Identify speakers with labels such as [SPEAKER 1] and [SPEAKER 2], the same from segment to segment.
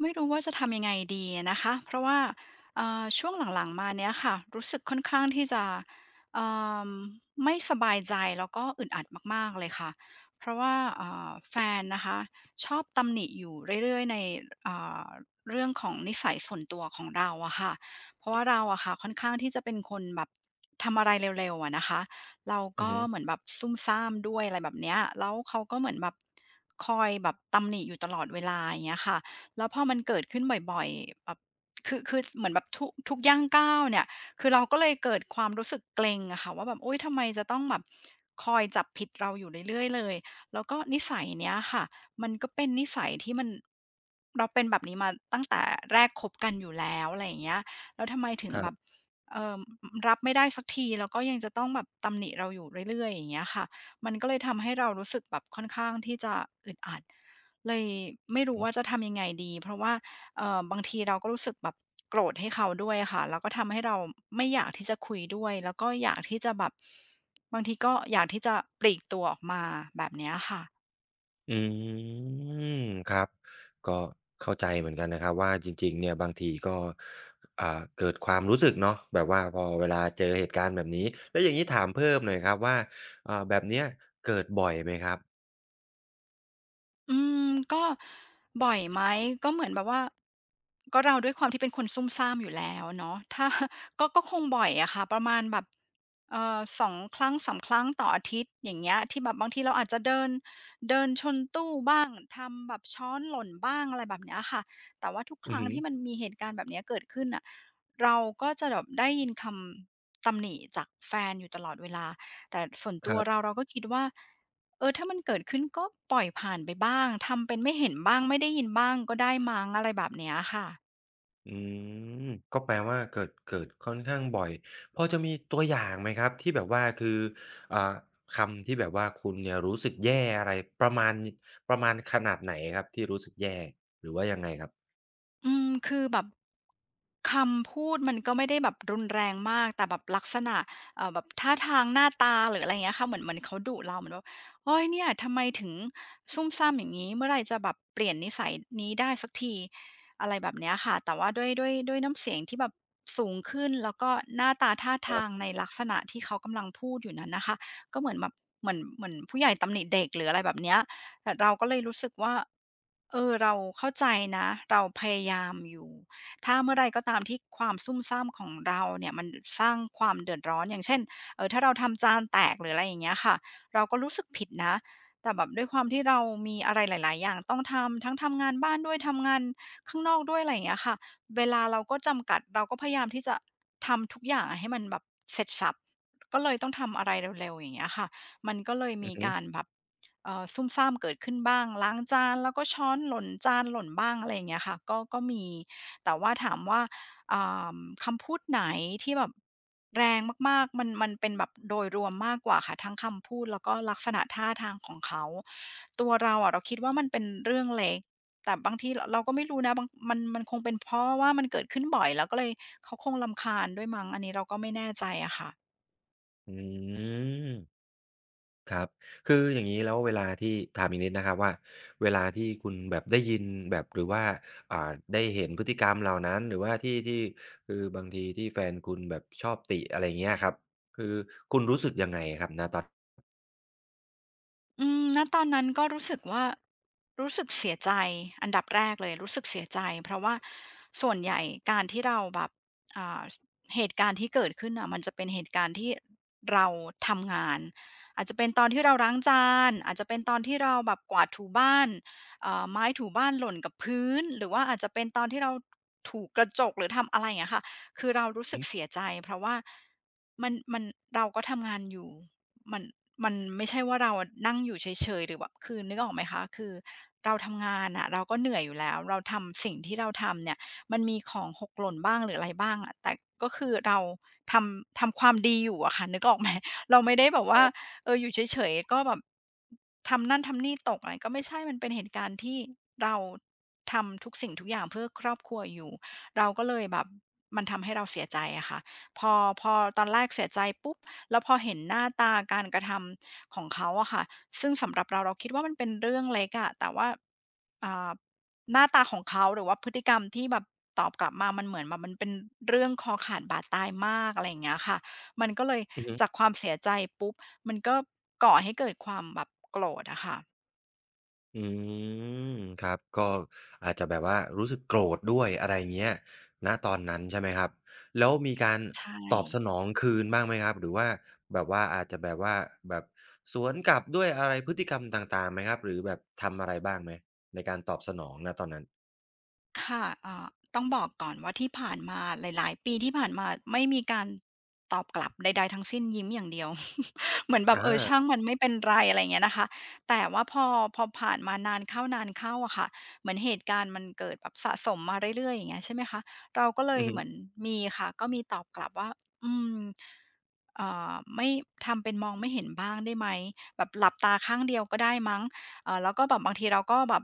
[SPEAKER 1] ไม่รู้ว่าจะทำยังไงดีนะคะ เพราะว่าช่วงหลังๆมาเนี้ยค่ะรู้สึกค่อนข้างที่จะเอ่มไม่สบายใจแล้วก็อึดอัดมากๆเลยค่ะเพราะว่าแฟนนะคะชอบตำหนิอยู่เรื่อยๆในเอ่อเรื่องของนิสัยส่วนตัวของเราอะค่ะเพราะว่าเราอะค่ะค่อนข้างที่จะเป็นคนแบบทำอะไรเร็วๆอะนะคะเรา
[SPEAKER 2] อือ
[SPEAKER 1] ก็
[SPEAKER 2] ฮึ
[SPEAKER 1] เหมือนแบบซุ่มซ่ามด้วยอะไรแบบเนี้ยแล้วเขาก็เหมือนแบบคอยแบบตำหนิอยู่ตลอดเวลาอย่างเงี้ยค่ะ แล้วพอมันเกิดขึ้นบ่อยๆแบบคือเหมือนแบบทุกย่างก้าวเนี่ยคือเราก็เลยเกิดความรู้สึกเกรงอะค่ะว่าแบบโอุ๊ยทำไมจะต้องแบบคอยจับผิดเราอยู่เรื่อยๆเลยแล้วก็นิสัยเนี้ยค่ะมันก็เป็นนิสัยที่มันเราเป็นแบบนี้มาตั้งแต่แรกคบกันอยู่แล้วอะไรอย่างเงี้ยแล้วทำไมถึง
[SPEAKER 2] ค
[SPEAKER 1] แบ
[SPEAKER 2] รั
[SPEAKER 1] บ
[SPEAKER 2] บ
[SPEAKER 1] เอ่อรับไม่ได้สักทีแล้วก็ยังจะต้องแบบตำหนิเราอยู่เรื่อยๆอย่างเงี้ยค่ะมันก็เลยทำให้เรารู้สึกแบบค่อนข้างที่จะอึดอัด เลยไม่รู้ว่าจะทำยังไงดีเพราะว่าบางทีเราก็รู้สึกแบบโกรธให้เขาด้วยอะค่ะแล้วก็ทำให้เราไม่อยากที่จะคุยด้วยแล้วก็อยากที่จะแบบบางทีก็อยากที่จะปลีกตัวออกมาแบบเนี้ยค่ะ
[SPEAKER 2] อืมครับก็เข้าใจเหมือนกันนะครับว่าจริงๆเนี่ยบางทีก็อ่าเกิดความรู้สึกเนาะแบบว่าพอเวลาเจอเหตุการณ์แบบนี้แล้วอย่างงี้ถามเพิ่มหน่อยครับว่าแบบเนี้ยเกิดบ่อยไหมครับ
[SPEAKER 1] อืมก็บ่อยไหมก็เหมือนแบบว่าเราด้วยความที่เป็นคนซุ่มซ่ามอยู่แล้วเนาะถ้า ก็คงบ่อยอะค่ะประมาณแบบ2ครั้งสามครั้งต่ออาทิตย์อย่างเงี้ยที่แบบบางทีเราอาจจะเดินเดินชนตู้บ้างทำแบบช้อนหล่นบ้างอะไรแบบเนี้ยค่ะแต่ว่าทุกค
[SPEAKER 2] อือ
[SPEAKER 1] รั้ง
[SPEAKER 2] ฮึ
[SPEAKER 1] ที่มันมีเหตุการณ์แบบเนี้ยเกิดขึ้นน่ะเราก็จะแบบได้ยินคำตำหนิจากแฟนอยู่ตลอดเวลาแต่ส่วน
[SPEAKER 2] ค
[SPEAKER 1] ตัว
[SPEAKER 2] รั
[SPEAKER 1] เรา
[SPEAKER 2] บ
[SPEAKER 1] เราก็คิดว่า เออถ้ามันเกิดขึ้นก็ปล่อยผ่านไปบ้างทำเป็นไม่เห็นบ้างไม่ได้ยินบ้างก็ได้มั้งอะไรแบบเนี้ยค่ะ
[SPEAKER 2] อืมก็แปลว่าเกิดค่อนข้างบ่อยพอจะมีตัวอย่างไหมครับที่แบบว่าคืออ่าคำที่แบบว่าคุณเนี่ยรู้สึกแย่อะไรประมาณประมาณขนาดไหนครับที่รู้สึกแย่หรือว่ายังไงครับ
[SPEAKER 1] อืมคือแบบคำพูดมันก็ไม่ได้แบบรุนแรงมากแต่แบบลักษณะแบบท่าทางหน้าตาหรืออะไรเงี้ยค่ะเหมือนเขาดุเราเหมือนแบบโอ๊ยเนี่ยทำไมถึงซุ่มซ่ามอย่างงี้เมื่อไรจะแบบเปลี่ยนนิสัยนี้ได้สักทีอะไรแบบเนี้ยค่ะแต่ว่าด้วยน้ำเสียงที่แบบสูงขึ้นแล้วก็หน้าตาท่าทางในลักษณะที่เขากำลังพูดอยู่นั้นนะคะก็เหมือนแบบเหมือนผู้ใหญ่ตำหนิเด็กหรืออะไรแบบเนี้ย แต่เราก็เลยรู้สึกว่า เออเราเข้าใจนะ เราพยายามอยู่ ถ้าเมื่อไรก็ตามที่ความซุ่มซ่ามของเราเนี่ยมันสร้างความเดือดร้อน อย่างเช่นถ้าเราทำจานแตกหรืออะไรอย่างเงี้ยค่ะเราก็รู้สึกผิดนะแต่แบบด้วยความที่เรามีอะไรหลายๆอย่างต้องทำ ทั้งทำงานบ้านด้วย ทำงานข้างนอกด้วยอะไรอย่างเงี้ยค่ะเวลาเราก็จำกัดเราก็พยายามที่จะทำทุกอย่างให้มันแบบเสร็จสรรพก็เลยต้องทำอะไรเร็วๆอย่างเงี้ยค่ะมันก็เลย
[SPEAKER 2] อื
[SPEAKER 1] มี
[SPEAKER 2] อฮึ
[SPEAKER 1] การแบบ ซุ่มซ่ามเกิดขึ้นบ้างล้างจานแล้วก็ช้อนหล่นจานหล่นบ้างอะไรอย่างเงี้ยค่ะก็มีแต่ว่าถามว่าอ่าคำพูดไหนที่แบบแรงมากๆมันเป็นแบบโดยรวมมากกว่าค่ะทั้งคำพูดแล้วก็ลักษณะท่าทางของเขาตัวเราอะเราคิดว่ามันเป็นเรื่องเล็กแต่บางทีรเราก็ไม่รู้นะบางมันคงเป็นเพราะว่ามันเกิดขึ้นบ่อยแล้วก็เลยเขาคงรำคาญด้วยมั้งอันนี้เราก็ไม่แน่ใจอะค่ะ
[SPEAKER 2] อืมครับคืออย่างนี้แล้วเวลาที่ถามอีกนิดนะครับว่าเวลาที่คุณแบบได้ยินแบบหรือว่าอ่าได้เห็นพฤติกรรมเหล่านั้นหรือว่าที่คือบางทีที่แฟนคุณแบบชอบติอะไรเงี้ยครับคือคุณรู้สึกยังไงครับณตอน
[SPEAKER 1] อืมณตอนนั้นก็รู้สึกว่ารู้สึกเสียใจอันดับแรกเลยรู้สึกเสียใจเพราะว่าส่วนใหญ่การที่เราแบบอ่าเหตุการณ์ที่เกิดขึ้นน่ะมันจะเป็นเหตุการณ์ที่เราทำงานอาจจะเป็นตอนที่เราล้างจานอาจจะเป็นตอนที่เราแบบกวาดถูบ้านไม้ถูบ้านหล่นกับพื้นหรือว่าอาจจะเป็นตอนที่เราถูกระจกหรือทำอะไรอย่างเงี้ยค่ะคือเรารู้สึกเสียใจเพราะว่ามันเราก็ทำงานอยู่ มันมันไม่ใช่ว่าเราอะนั่งอยู่เฉยๆหรือแบบคือนึกออกไหมคะคือเราทำงานน่ะเราก็เหนื่อยอยู่แล้วเราทำสิ่งที่เราทำเนี่ยมันมีของหกหล่นบ้างหรืออะไรบ้างอะแต่ก็คือเราทำความดีอยู่อะค่ะนึกออกไหม เราไม่ได้แบบว่าเอออยู่เฉยๆก็แบบทำนั่นทำนี่ตกอะไรก็ไม่ใช่มันเป็นเหตุการณ์ที่เราทำทุกสิ่งทุกอย่างเพื่อครอบครัวอยู่เราก็เลยแบบมันทำให้เราเสียใจอะค่ะพอพอตอนแรกเสียใจปุ๊บ แล้วพอเห็นหน้าตาการกระทำของเขาอะค่ะซึ่งสำหรับเราเราคิดว่ามันเป็นเรื่องเล็กอะแต่ว่าอ่าหน้าตาของเขาหรือว่าพฤติกรรมที่แบบตอบกลับมามันเหมือนแบบมันเป็นเรื่องคอขาดบาดตายมากอะไรอย่างเงี้ยค่ะมันก็เลยจากความเสียใจปุ๊บมันก็ก่อให้เกิดความแบบโกรธอะค่ะ
[SPEAKER 2] อืมครับก็อาจจะแบบว่ารู้สึกโกรธด้วยอะไรอย่างเงี้ยณตอนนั้นใช่ไหมครับแล้วมีการ
[SPEAKER 1] ใช่
[SPEAKER 2] ตอบสนองคืนบ้างไหมครับหรือว่าแบบว่าอาจจะแบบว่าแบบสวนกลับด้วยอะไรพฤติกรรมต่างๆไหมครับหรือแบบทำอะไรบ้างไหมในการตอบสนองณตอนนั้น
[SPEAKER 1] ค่ะต้องบอกก่อนว่าที่ผ่านมาหลายๆปีที่ผ่านมาไม่มีการตอบกลับใดๆทั้งสิ้นยิ้มอย่างเดียว เหมือนแบบ
[SPEAKER 2] อา
[SPEAKER 1] เออช่างมันไม่เป็นไรอะไรเงี้ยนะคะแต่ว่าพอผ่านมานานเข้านานเข้าอะค่ะเหมือนเหตุการณ์มันเกิดแบบสะสมมาเรื่อยๆอย่างเงี้ยใช่ไหมคะเราก็เล
[SPEAKER 2] อื
[SPEAKER 1] ย
[SPEAKER 2] อฮึ
[SPEAKER 1] เหมือนมีค่ะก็มีตอบกลับว่าอืมไม่ทำเป็นมองไม่เห็นบ้างได้ไหมแบบหลับตาข้างเดียวก็ได้มั้งแล้วก็แบบบางทีเราก็แบบ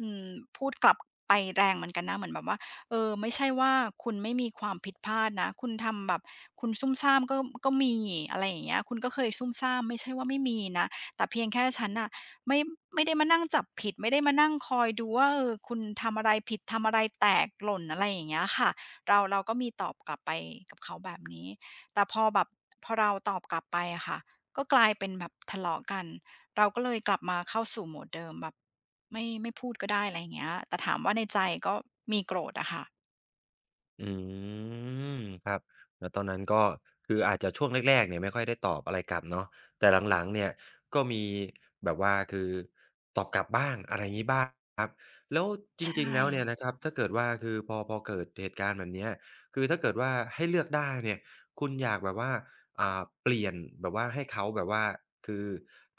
[SPEAKER 1] อืมพูดกลับไปแรงเหมือนกันนะเหมือนแบบว่าเออไม่ใช่ว่าคุณไม่มีความผิดพลาดนะคุณทำแบบคุณซุ่มซ่ามก็มีอะไรอย่างเงี้ยคุณก็เคยซุ่มซ่ามไม่ใช่ว่าไม่มีนะแต่เพียงแค่ฉันน่ะไม่ไม่ได้มานั่งจับผิดไม่ได้มานั่งคอยดูว่าเออคุณทำอะไรผิดทำอะไรแตกหล่นอะไรอย่างเงี้ยค่ะเราก็มีตอบกลับไปกับเขาแบบนี้แต่พอแบบพอเราตอบกลับไปอะค่ะก็กลายเป็นแบบทะเลาะกัน เราก็เลยกลับมาเข้าสู่โหมดเดิมแบบไม่พูดก็ได้อะไรอย่างเงี้ย แต่ถามว่าในใจก็มีโกรธอะค่ะ
[SPEAKER 2] อืมครับแล้วตอนนั้นก็คืออาจจะช่วงแรกๆเนี่ยไม่ค่อยได้ตอบอะไรกลับเนาะแต่หลังๆเนี่ยก็มีแบบว่าคือตอบกลับบ้างอะไรงี้บ้างครับแล้วจ
[SPEAKER 1] ใช
[SPEAKER 2] ริงๆ
[SPEAKER 1] ่
[SPEAKER 2] แล้วเนี่ยนะครับถ้าเกิดว่าคือพอเกิดเหตุการณ์แบบเนี้ยคือถ้าเกิดว่าให้เลือกได้เนี่ยคุณอยากแบบว่าเปลี่ยนแบบว่าให้เขาแบบว่าคือ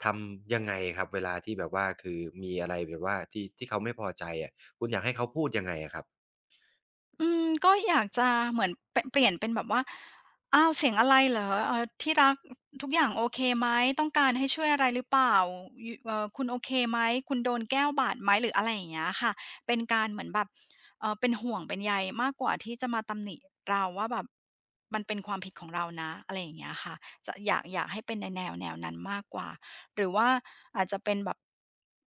[SPEAKER 2] ทำยังไงครับเวลาที่แบบว่าคือมีอะไรแบบว่าที่เขาไม่พอใจอะคุณอยากให้เขาพูดยังไงอะครับ
[SPEAKER 1] อืมก็อยากจะเหมือนปเปลี่ยนเป็นแบบว่าอ้าวเสียงอะไรเหรอที่รักทุกอย่างโอเคไหมต้องการให้ช่วยอะไรหรือเปล่ายคุณโอเคไหมคุณโดนแก้วบาดไหมหรืออะไรอย่างเงี้ยค่ะเป็นการเหมือนแบบเป็นห่วงเป็นใยมากกว่าที่จะมาตำหนิเราว่าแบบมันเป็นความผิดของเรานะอะไรอย่างเงี้ยค่ะจะอยากให้เป็นในแนวแนวนั้นมากกว่า หรือว่าอาจจะเป็นแบบ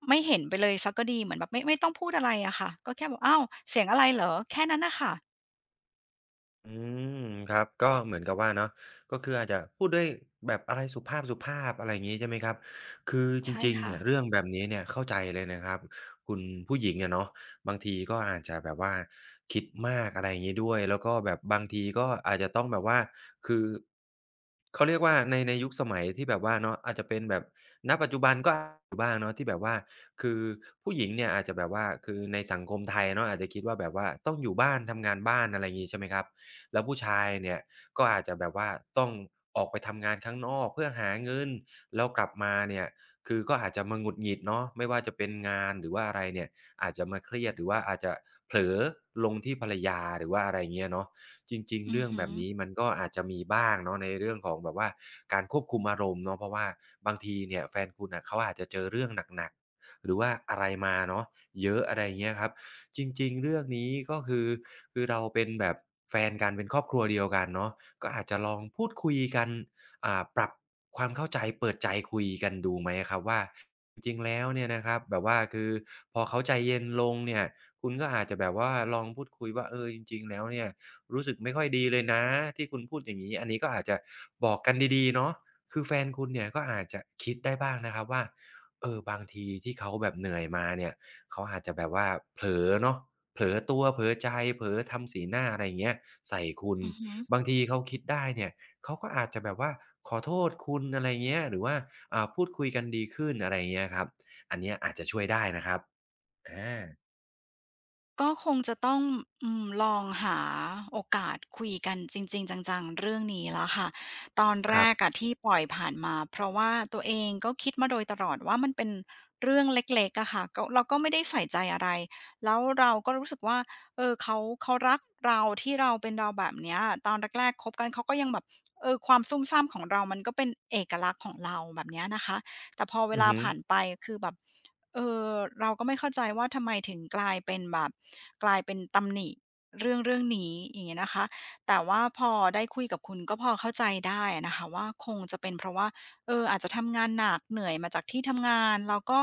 [SPEAKER 1] ไม่เห็นไปเลยเสียก็ดีเหมือนแบบไม่ต้องพูดอะไรอะค่ะก็แค่แบบอ้าวเสียงอะไรเหรอแค่นั้นน่ะค่ะ
[SPEAKER 2] อืมครับก็เหมือนกับว่าเนาะก็คืออาจจะพูดด้วยแบบอะไรสุภาพอะไรอย่างงี้ใช่ไหมครับคือจ
[SPEAKER 1] ใช่
[SPEAKER 2] ริงๆ
[SPEAKER 1] ค่ะ
[SPEAKER 2] เนี่ยเรื่องแบบนี้เนี่ยเข้าใจเลยนะครับคุณผู้หญิงอะเนาะบางทีก็อาจจะแบบว่าคิดมากอะไรอย่างงี้ด้วยแล้วก็แบบบางทีก็อาจจะต้องแบบว่าคือเขาเรียกว่าในยุคสมัยที่แบบว่าเนาะอาจจะเป็นแบบณปัจจุบันก็อยู่บ้างเนาะที่แบบว่าคือผู้หญิงเนี่ยอาจจะแบบว่าคือในสังคมไทยเนาะอาจจะคิดว่าแบบว่าต้องอยู่บ้านทำงานบ้านอะไรงี้ใช่ไหมครับ แล้วผู้ชายเนี่ยก็อาจจะแบบว่าต้องออกไปทำงานข้างนอกเพื่อหาเงินแล้วกลับมาเนี่ยคือก็อาจจะมาหงุดหงิดเนาะไม่ว่าจะเป็นงานหรือว่าอะไรเนี่ยอาจจะมาเครียดหรือว่าอาจจะเผลอลงที่ภรรยาหรือว่าอะไรเงี้ยเนาะจริงๆ
[SPEAKER 1] อือ
[SPEAKER 2] เรื่อง
[SPEAKER 1] ฮึ
[SPEAKER 2] แบบนี้มันก็อาจจะมีบ้างเนาะในเรื่องของแบบว่าการควบคุมอารมณ์เนาะเพราะว่าบางทีเนี่ยแฟนคุณน่ะเขาอาจจะเจอเรื่องหนักๆหรือว่าอะไรมาเนาะเยอะอะไรเงี้ยครับ จริงๆ เรื่องนี้ก็คือคือเราเป็นแบบแฟนกันเป็นครอบครัวเดียวกันเนาะก็อาจจะลองพูดคุยกันปรับความเข้าใจเปิดใจคุยกันดูไหมอะครับว่าจริงๆ แล้วเนี่ยนะครับแบบว่าคือพอเขาใจเย็นลงเนี่ยคุณก็อาจจะแบบว่าลองพูดคุยว่าเออจริงๆ แล้วเนี่ยรู้สึกไม่ค่อยดีเลยนะที่คุณพูดอย่างงี้อันนี้ก็อาจจะบอกกันดีๆเนาะคือแฟนคุณเนี่ยก็อาจจะคิดได้บ้างนะครับว่าเออบางทีที่เขาแบบเหนื่อยมาเนี่ย เขาอาจจะแบบว่าเผลอเนาะเผลอตัวเผลอใจเผลอทำสีหน้าอะไรอย่างเงี้ยใส่คุณ
[SPEAKER 1] อือฮึ
[SPEAKER 2] บางทีเขาคิดได้เนี่ยเขาก็อาจจะแบบว่าขอโทษคุณอะไรเงี้ยหรือว่าพูดคุยกันดีขึ้นอะไรอย่างเงี้ยครับอันเนี้ยอาจจะช่วยได้นะครับอา
[SPEAKER 1] ก็คงจะต้องอืมลองหาโอกาสคุยกันจริงๆจังๆเรื่องนี้แล้วค่ะตอน
[SPEAKER 2] ค
[SPEAKER 1] แร
[SPEAKER 2] รับ
[SPEAKER 1] กอะที่ปล่อยผ่านมาเพราะว่าตัวเองก็คิดมาโดยตลอดว่ามันเป็นเรื่องเล็กๆอะค่ะก็เราก็ไม่ได้ใส่ใจอะไรแล้วเราก็รู้สึกว่าเออเขารักเราที่เราเป็นเราแบบเนี้ยตอนแรกๆคบกันเขาก็ยังแบบเออความซุ่มซ่ามของเรามันก็เป็นเอกลักษณ์ของเราแบบเนี้ยนะคะแต่พอเว
[SPEAKER 2] อือ
[SPEAKER 1] ลา
[SPEAKER 2] ฮึ
[SPEAKER 1] ผ่านไปคือแบบ เออเราก็ไม่เข้าใจว่าทำไมถึงกลายเป็นแบบกลายเป็นตำหนิเรื่องนี้อย่างเงี้ยนะคะแต่ว่าพอได้คุยกับคุณก็พอเข้าใจได้อะนะคะว่าคงจะเป็นเพราะว่าเอออาจจะทำงานหนักเหนื่อยมาจากที่ทำงานแล้วก็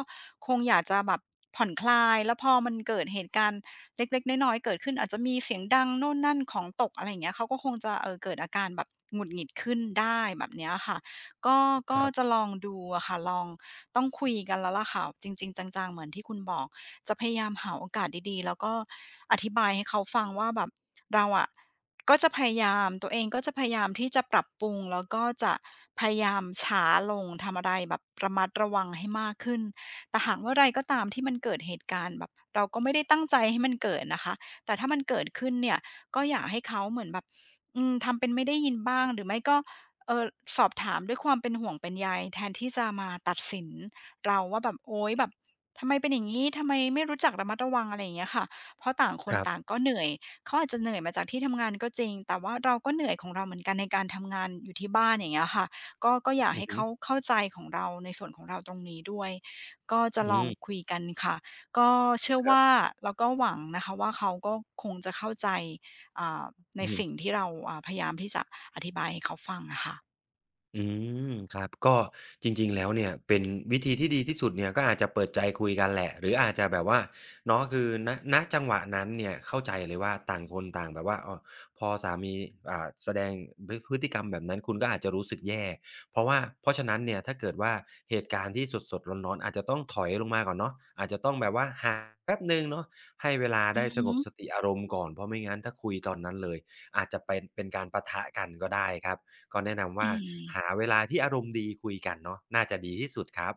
[SPEAKER 1] คงอยากจะแบบผ่อนคลายแล้วพอมันเกิดเหตุการณ์เล็กๆน้อยๆเกิดขึ้นอาจจะมีเสียงดังโน่นนั่นของตกอะไรอย่างเงี้ยเขาก็คงจะเกิดอาการแบบหงุดหงิดขึ้นได้แบบเนี้ยค่ะ ก็
[SPEAKER 2] ค
[SPEAKER 1] ก็
[SPEAKER 2] รั
[SPEAKER 1] จะ
[SPEAKER 2] บ
[SPEAKER 1] ลองดูอะค่ะลองต้องคุยกันแล้วล่ะค่ะจริงๆจังๆเหมือนที่คุณบอก จะพยายามหาโอกาสดีๆแล้วก็อธิบายให้เขาฟังว่าแบบเราอะก็จะพยายามตัวเองก็จะพยายามที่จะปรับปรุงแล้วก็จะพยายามช้าลงทำอะไรแบบระมัดระวังให้มากขึ้นแต่หากว่อไรก็ตามที่มันเกิดเหตุการณ์แบบเราก็ไม่ได้ตั้งใจให้มันเกิดนะคะแต่ถ้ามันเกิดขึ้นเนี่ยก็อยากให้เขาเหมือนแบบอืมทำเป็นไม่ได้ยินบ้างหรือไม่ก็ เออสอบถามด้วยความเป็นห่วงเป็นใยแทนที่จะมาตัดสินเราว่าแบบโอ๊ยแบบทำไมเป็นอย่างงี้ทำไมไม่รู้จักระมัดระวังอะไรอย่างเงี้ยค่ะเพราะต่างค
[SPEAKER 2] ค
[SPEAKER 1] น
[SPEAKER 2] รับ
[SPEAKER 1] ต่างก็เหนื่อยเขาอาจจะเหนื่อยมาจากที่ทำงานก็จริงแต่ว่าเราก็เหนื่อยของเราเหมือนกันในการทำงานอยู่ที่บ้านอย่างเงี้ยค่ะก็อยาก
[SPEAKER 2] อือ
[SPEAKER 1] ให้
[SPEAKER 2] ฮึ
[SPEAKER 1] เขาเข้าใจของเราในส่วนของเราตรงนี้ด้วยก็จะ
[SPEAKER 2] อื
[SPEAKER 1] ลอง
[SPEAKER 2] ม
[SPEAKER 1] คุยกันค่ะก็เชื่อ
[SPEAKER 2] ครั
[SPEAKER 1] ว่า
[SPEAKER 2] บ
[SPEAKER 1] แล้วก็หวังนะคะว่าเขาก็คงจะเข้าใจอ่าใน
[SPEAKER 2] อือฮึ
[SPEAKER 1] สิ่งที่เราพยายามที่จะอธิบายให้เขาฟังอะค่ะ
[SPEAKER 2] อืมครับก็จริงๆแล้วเนี่ยเป็นวิธีที่ดีที่สุดเนี่ยก็อาจจะเปิดใจคุยกันแหละหรืออาจจะแบบว่าเนาะคือณจังหวะนั้นเนี่ยเข้าใจเลยว่าต่างคนต่างแบบว่าอ้อพอสามีแสดงพฤติกรรมแบบนั้นคุณก็อาจจะรู้สึกแย่เพราะว่าเพราะฉะนั้นเนี่ยถ้าเกิดว่าเหตุการณ์ที่สดๆร้อนๆอาจจะต้องถอยลงมาก่อนเนาะอาจจะต้องแบบว่าห่างแป๊บหนึ่งเนาะให้เวลา
[SPEAKER 1] อื
[SPEAKER 2] ได้
[SPEAKER 1] อ
[SPEAKER 2] ส
[SPEAKER 1] ฮึ
[SPEAKER 2] งบสติอารมณ์ก่อนเพราะไม่งั้นถ้าคุยตอนนั้นเลยอาจจะเป็นเป็นการปะทะกันก็ได้ครับ ก็แนะนำ
[SPEAKER 1] อื
[SPEAKER 2] ว่า
[SPEAKER 1] ม
[SPEAKER 2] หาเวลาที่อารมณ์ดีคุยกันเนาะน่าจะดีที่สุดครับ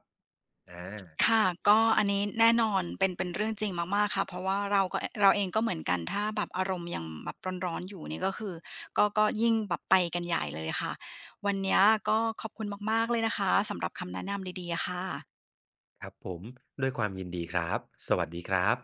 [SPEAKER 2] อา
[SPEAKER 1] ค่ะก็อันนี้แน่นอนเป็นเรื่องจริงมากๆค่ะเพราะว่าเราก็เราเองก็เหมือนกันถ้าแบบอารมณ์ยังแบบร้อนๆอยู่นี่ก็คือก็ยิ่งแบบไปกันใหญ่เลยค่ะวันเนี้ยก็ขอบคุณมากๆเลยนะคะสำหรับคำแนะนำดีๆอะค่ะ
[SPEAKER 2] ครับผมด้วยความยินดีครับสวัสดีครับ